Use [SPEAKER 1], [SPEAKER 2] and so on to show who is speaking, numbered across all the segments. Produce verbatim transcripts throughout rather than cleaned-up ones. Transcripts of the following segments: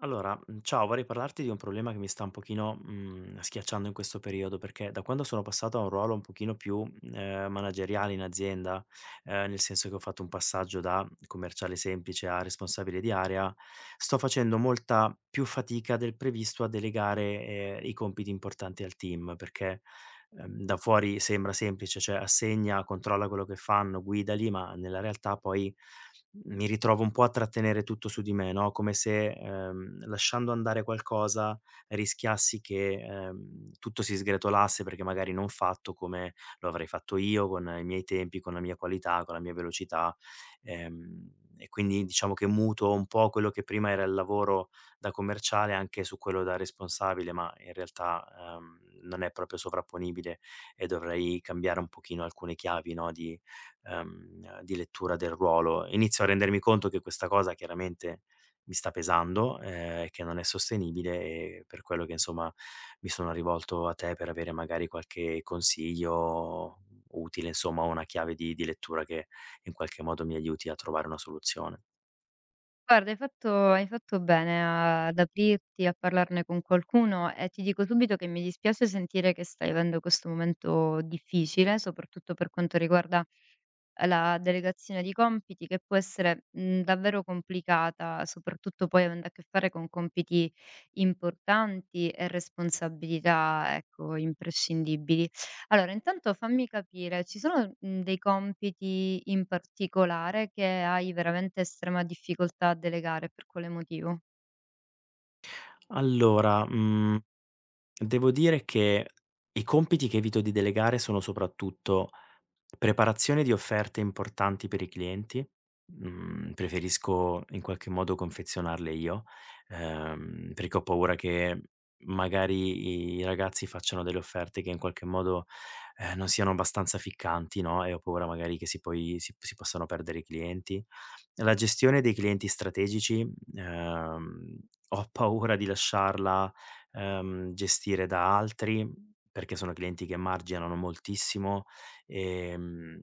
[SPEAKER 1] Allora, mhmm, ciao, vorrei parlarti di un problema che mi sta un pochino, mhmm, schiacciando in questo periodo, perché da quando sono passato a un ruolo un pochino più, ehm, manageriale in azienda, ehm, nel senso che ho fatto un passaggio da commerciale semplice a responsabile di area, sto facendo molta più fatica del previsto a delegare, ehm, i compiti importanti al team, perché ehm, da fuori sembra semplice, cioè assegna, controlla quello che fanno, guidali, ma nella realtà poi mi ritrovo un po' a trattenere tutto su di me, no? Come se ehm, lasciando andare qualcosa rischiassi che ehm, tutto si sgretolasse perché magari non fatto come lo avrei fatto io, con i miei tempi, con la mia qualità, con la mia velocità. Ehm, e quindi diciamo che muto un po' quello che prima era il lavoro da commerciale anche su quello da responsabile, ma in realtà, ehm, non è proprio sovrapponibile e dovrei cambiare un pochino alcune chiavi, no, di ehm, di lettura del ruolo. Inizio a rendermi conto che questa cosa chiaramente mi sta pesando, ehm, che non è sostenibile e per quello che, insomma, mi sono rivolto a te per avere magari qualche consiglio utile, insomma, o una chiave di di lettura che in qualche modo mi aiuti a trovare una soluzione.
[SPEAKER 2] Guarda, hai fatto hai fatto bene a ad aprirti, a parlarne con qualcuno e ti dico subito che mi dispiace sentire che stai avendo questo momento difficile, soprattutto per quanto riguarda la delegazione di compiti che può essere, mhmm, davvero complicata, soprattutto poi avendo a che fare con compiti importanti e responsabilità, ecco, imprescindibili. Allora, intanto fammi capire, ci sono, mhmm, dei compiti in particolare che hai veramente estrema difficoltà a delegare, per quale motivo?
[SPEAKER 1] Allora, mhmm devo dire che i compiti che evito di delegare sono soprattutto, preparazione di offerte importanti per i clienti, mhmm, preferisco in qualche modo confezionarle io, ehm, perché ho paura che magari i ragazzi facciano delle offerte che in qualche modo, ehm, non siano abbastanza ficcanti, no, e ho paura magari che si poi si si possano perdere i clienti. La gestione dei clienti strategici, ehm, ho paura di lasciarla, ehm, gestire da altri, perché sono clienti che marginano moltissimo ehm, e mm,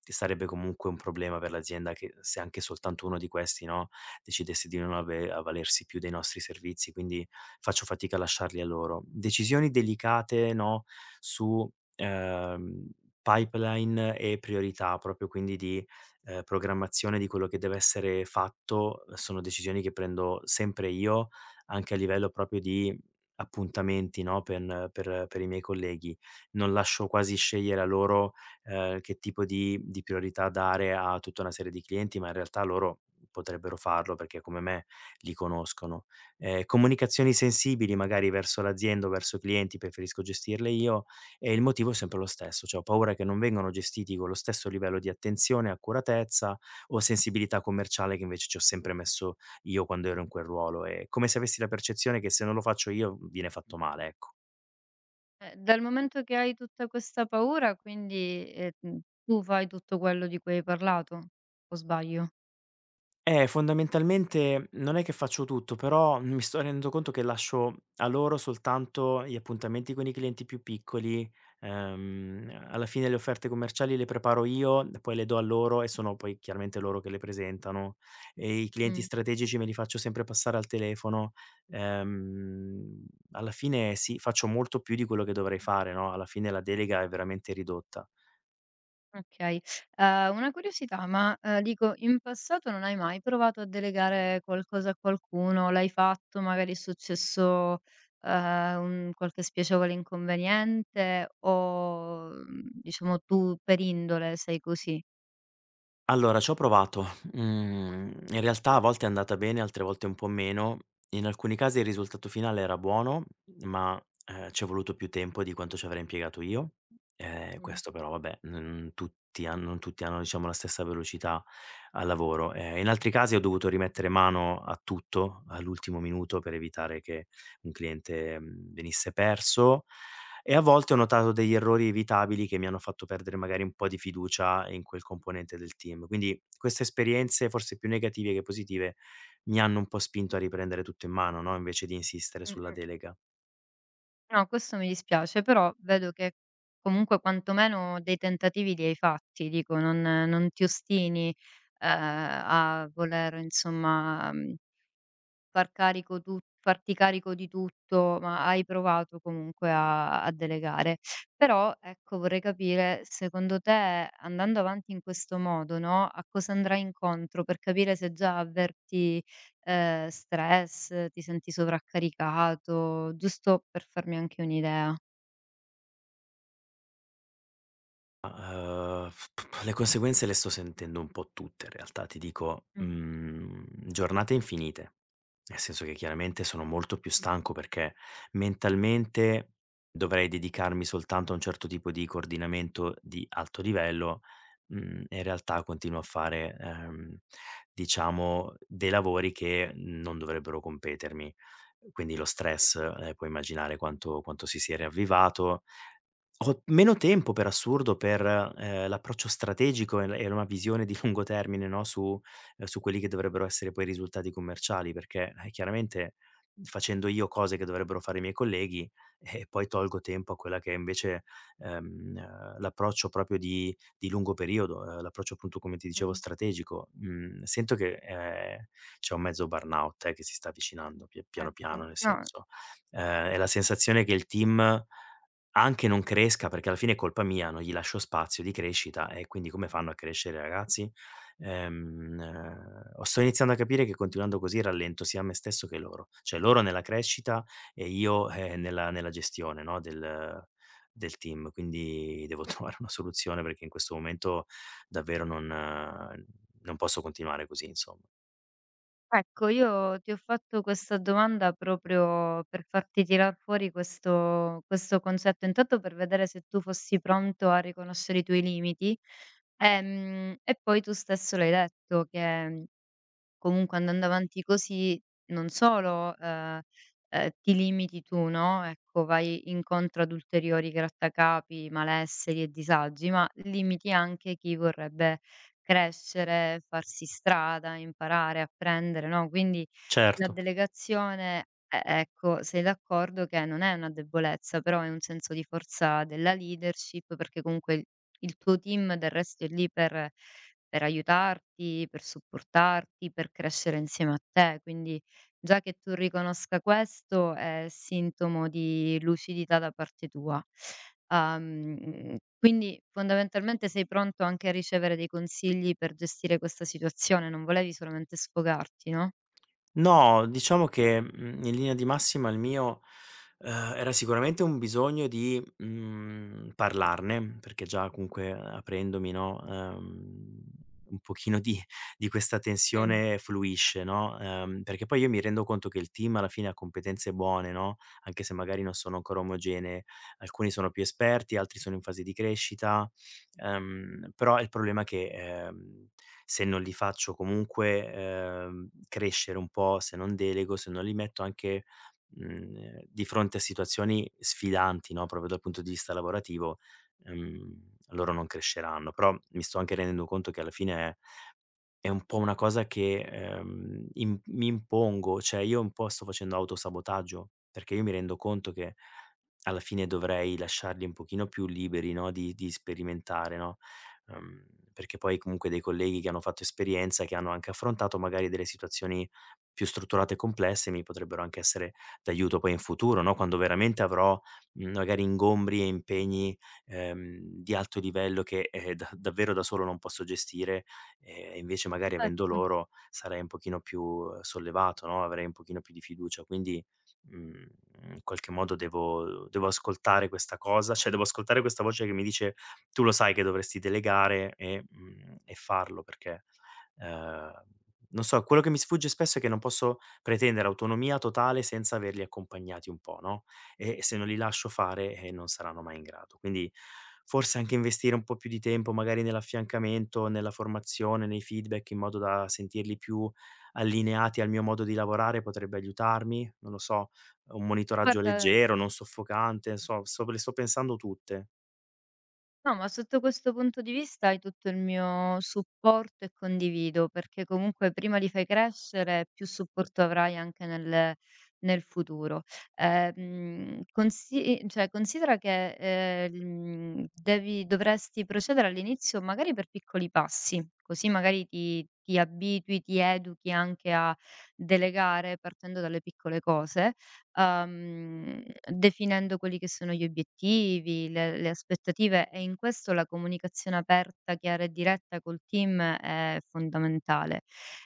[SPEAKER 1] sarebbe comunque un problema per l'azienda che se anche soltanto uno di questi, no, decidesse di non ave avvalersi più dei nostri servizi, quindi faccio fatica a lasciarli a loro. Decisioni delicate, no, su, ehm, pipeline e priorità, proprio quindi di, ehm, programmazione di quello che deve essere fatto, sono decisioni che prendo sempre io, anche a livello proprio di appuntamenti, no, pen per per i miei colleghi. Non lascio quasi scegliere a loro eh, che tipo di di priorità dare a tutta una serie di clienti, ma in realtà loro potrebbero farlo perché come me li conoscono. Ehm, comunicazioni sensibili magari verso l'azienda o verso i clienti preferisco gestirle io e il motivo è sempre lo stesso, cioè ho paura che non vengano gestiti con lo stesso livello di attenzione, accuratezza o sensibilità commerciale che invece ci ho sempre messo io quando ero in quel ruolo. È come se avessi la percezione che se non lo faccio io viene fatto male, ecco.
[SPEAKER 2] Eh, dal momento che hai tutta questa paura, quindi, ehm, tu fai tutto quello di cui hai parlato, o sbaglio?
[SPEAKER 1] Eh, fondamentalmente non è che faccio tutto, però mi sto rendendo conto che lascio a loro soltanto gli appuntamenti con i clienti più piccoli, ehm, alla fine le offerte commerciali le preparo io, poi le do a loro e sono poi chiaramente loro che le presentano. E i clienti
[SPEAKER 2] Mh.
[SPEAKER 1] strategici me li faccio sempre passare al telefono. Ehm, Alla fine sì, faccio molto più di quello che dovrei fare, no? Alla fine la delega è veramente ridotta.
[SPEAKER 2] Okay. Ehm, una curiosità, ma, ehm, dico, in passato non hai mai provato a delegare qualcosa a qualcuno? L'hai fatto, magari è successo, ehm, un qualche spiacevole inconveniente o, mhmm, diciamo tu per indole sei così?
[SPEAKER 1] Allora c'ho provato. Mhmm, in realtà a volte è andata bene, altre volte un po' meno. In alcuni casi il risultato finale era buono, ma, ehm, c'è voluto più tempo di quanto ci avrei impiegato io. Ehm,
[SPEAKER 2] Mh.
[SPEAKER 1] questo però vabbè, non tutti han non tutti hanno diciamo la stessa velocità al lavoro. Ehm, in altri casi ho dovuto rimettere mano a tutto all'ultimo minuto per evitare che un cliente, mhmm, venisse perso e a volte ho notato degli errori evitabili che mi hanno fatto perdere magari un po' di fiducia in quel componente del team. Quindi queste esperienze, forse più negative che positive, mi hanno un po' spinto a riprendere tutto in mano, no, invece di insistere sulla
[SPEAKER 2] Mh-mh.
[SPEAKER 1] delega.
[SPEAKER 2] No, questo mi dispiace, però vedo che comunque quantomeno dei tentativi li hai fatti, dico non non ti ostini, ehm, a voler insomma, mhmm far carico tu farti carico di tutto, ma hai provato comunque a a delegare. Però, ecco, vorrei capire, secondo te, andando avanti in questo modo, no, a cosa andrai incontro, per capire se già avverti, ehm, stress, ti senti sovraccaricato, giusto per farmi anche un'idea.
[SPEAKER 1] Ma, ehm, le conseguenze le sto sentendo un po' tutte in realtà, ti dico,
[SPEAKER 2] Mh,
[SPEAKER 1] mhmm, giornate infinite. Nel senso che chiaramente sono molto più stanco perché mentalmente dovrei dedicarmi soltanto a un certo tipo di coordinamento di alto livello, mhmm, e in realtà continuo a fare, ehm, diciamo dei lavori che non dovrebbero competermi. Quindi lo stress, ehm, puoi immaginare quanto quanto si sia riavvivato. Ho meno tempo per assurdo per, ehm, l'approccio strategico e l e una visione di lungo termine, no, su ehm, su quelli che dovrebbero essere poi i risultati commerciali, perché, eh, chiaramente facendo io cose che dovrebbero fare i miei colleghi, eh, poi tolgo tempo a quella che è invece, ehm, eh, l'approccio proprio di di lungo periodo, ehm, l'approccio appunto come ti dicevo
[SPEAKER 2] mh,
[SPEAKER 1] strategico. Mhmm, Sento che, ehm, c'è un mezzo burnout, eh, che si sta avvicinando pie piano
[SPEAKER 2] ecco.
[SPEAKER 1] piano, nel
[SPEAKER 2] No.
[SPEAKER 1] senso. Ehm, è la sensazione che il team anche non cresca, perché alla fine è colpa mia, non gli lascio spazio di crescita e quindi come fanno a crescere i ragazzi? Ehm, eh, Sto iniziando a capire che continuando così rallento sia me stesso che loro, cioè loro nella crescita e io, eh, nella nella gestione, no, del del team. Quindi devo trovare una soluzione perché in questo momento davvero non eh, non posso continuare così, insomma.
[SPEAKER 2] Ecco, io ti ho fatto questa domanda proprio per farti tirar fuori questo questo concetto, intanto per vedere se tu fossi pronto a riconoscere i tuoi limiti, ehm, e poi tu stesso l'hai detto che comunque andando avanti così non solo, ehm, ehm, ti limiti tu, no, ecco, vai incontro ad ulteriori grattacapi, malesseri e disagi, ma limiti anche chi vorrebbe crescere, farsi strada, imparare, apprendere, no, quindi la
[SPEAKER 1] Certo.
[SPEAKER 2] delegazione, e ecco, sei d'accordo che non è una debolezza, però è un senso di forza della leadership, perché comunque il il tuo team del resto è lì per per aiutarti, per supportarti, per crescere insieme a te. Quindi già che tu riconosca questo è sintomo di lucidità da parte tua. Uhm, quindi fondamentalmente sei pronto anche a ricevere dei consigli per gestire questa situazione, non volevi solamente sfogarti, no?
[SPEAKER 1] No, diciamo che, mhmm, in linea di massima il mio, uhm, era sicuramente un bisogno di, mhmm, parlarne, perché già comunque aprendomi, no, uhm, un pochino di di questa
[SPEAKER 2] Mh.
[SPEAKER 1] tensione fluisce, no, ehm, perché poi io mi rendo conto che il team alla fine ha competenze buone, no, anche se magari non sono ancora omogenee. Alcuni sono più esperti, altri sono in fase di crescita. Ehm, però il problema è che, ehm, se non li faccio comunque, ehm, crescere un po', se non delego, se non li metto anche, mhmm, di fronte a situazioni sfidanti, no, proprio dal punto di vista lavorativo, ehm, loro non cresceranno. Però mi sto anche rendendo conto che alla fine è un po' una cosa che, ehm, im mi impongo, cioè io un po' sto facendo autosabotaggio, perché io mi rendo conto che alla fine dovrei lasciarli un pochino più liberi, no, di di sperimentare, no, ehm, perché poi comunque dei colleghi che hanno fatto esperienza, che hanno anche affrontato magari delle situazioni più strutturate e complesse, mi potrebbero anche essere d'aiuto poi in futuro, no, quando veramente avrò, mhmm, magari ingombri e impegni, ehm, di alto livello che, ehm, da davvero da solo non posso gestire e invece magari avendo
[SPEAKER 2] Certo.
[SPEAKER 1] loro sarei un pochino più eh, sollevato, no, avrei un pochino più di fiducia. Quindi, mhmm, in qualche modo devo devo ascoltare questa cosa, cioè devo ascoltare questa voce che mi dice: "Tu lo sai che dovresti delegare e mhmm, e farlo", perché, ehm, non so, quello che mi sfugge spesso è che non posso pretendere autonomia totale senza averli accompagnati un po', no? E se non li lascio fare, eh, non saranno mai in grado. Quindi forse anche investire un po' più di tempo magari nell'affiancamento, nella formazione, nei feedback, in modo da sentirli più allineati al mio modo di lavorare potrebbe aiutarmi, non lo so, un monitoraggio
[SPEAKER 2] Guarda,
[SPEAKER 1] leggero, non soffocante, so, so- sto- le sto pensando tutte.
[SPEAKER 2] no, ma sotto questo punto di vista hai tutto il mio supporto e condivido, perché comunque prima li fai crescere, più supporto avrai anche nel nel futuro. Ehm, consi cioè considera che, ehm, il mhmm, devi dovresti procedere all'inizio magari per piccoli passi, così magari ti ti abitui, ti educhi anche a delegare partendo dalle piccole cose, uhm, definendo quelli che sono gli obiettivi, le le aspettative e in questo la comunicazione aperta, chiara e diretta col team è fondamentale.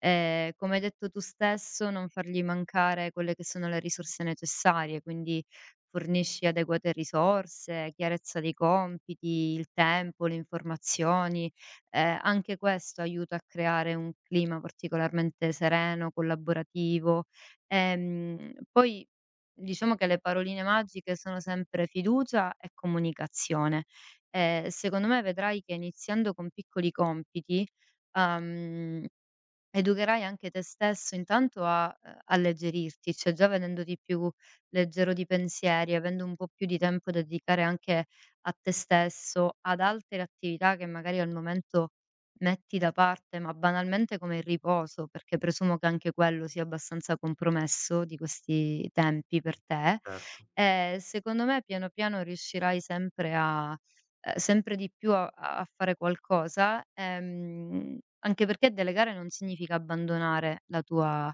[SPEAKER 2] Ehm, come hai detto tu stesso, non fargli mancare quelle che sono le risorse necessarie, quindi fornisci adeguate risorse, chiarezza dei compiti, il tempo, le informazioni. Ehm, anche questo aiuta a creare un clima particolarmente sereno, collaborativo. Ehm, poi Diciamo che le paroline magiche sono sempre fiducia e comunicazione. Ehm, secondo me vedrai che iniziando con piccoli compiti, uhm educherai anche te stesso intanto a ehm, alleggerirti, cioè già venendo di più leggero di pensieri, avendo un po' più di tempo da dedicare anche a te stesso, ad altre attività che magari al momento metti da parte, ma banalmente come il riposo, perché presumo che anche quello sia abbastanza compromesso di questi tempi per te,
[SPEAKER 1] Certo.
[SPEAKER 2] ehm, secondo me piano piano riuscirai sempre a ehm, sempre di più a a fare qualcosa, ehm, anche perché delegare non significa abbandonare la tua,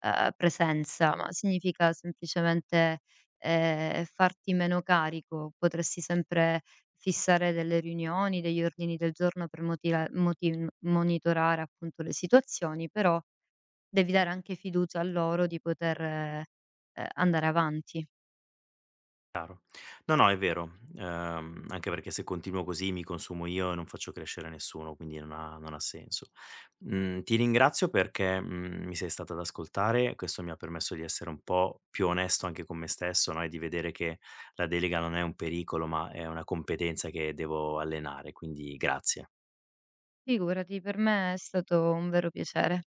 [SPEAKER 2] ehm, presenza, ma significa semplicemente, ehm, farti meno carico. Potresti sempre fissare delle riunioni, degli ordini del giorno per motira motiv monitorare appunto le situazioni, però devi dare anche fiducia a loro di poter, ehm, andare avanti.
[SPEAKER 1] No, no, è vero. Ehm, anche perché se continuo così mi consumo io e non faccio crescere nessuno, quindi non ha, non ha senso. Mm, ti ringrazio perché mm, mi sei stata ad ascoltare, questo mi ha permesso di essere un po' più onesto anche con me stesso, no? E di vedere che la delega non è un pericolo, ma è una competenza che devo allenare, quindi grazie.
[SPEAKER 2] Figurati, per me è stato un vero piacere.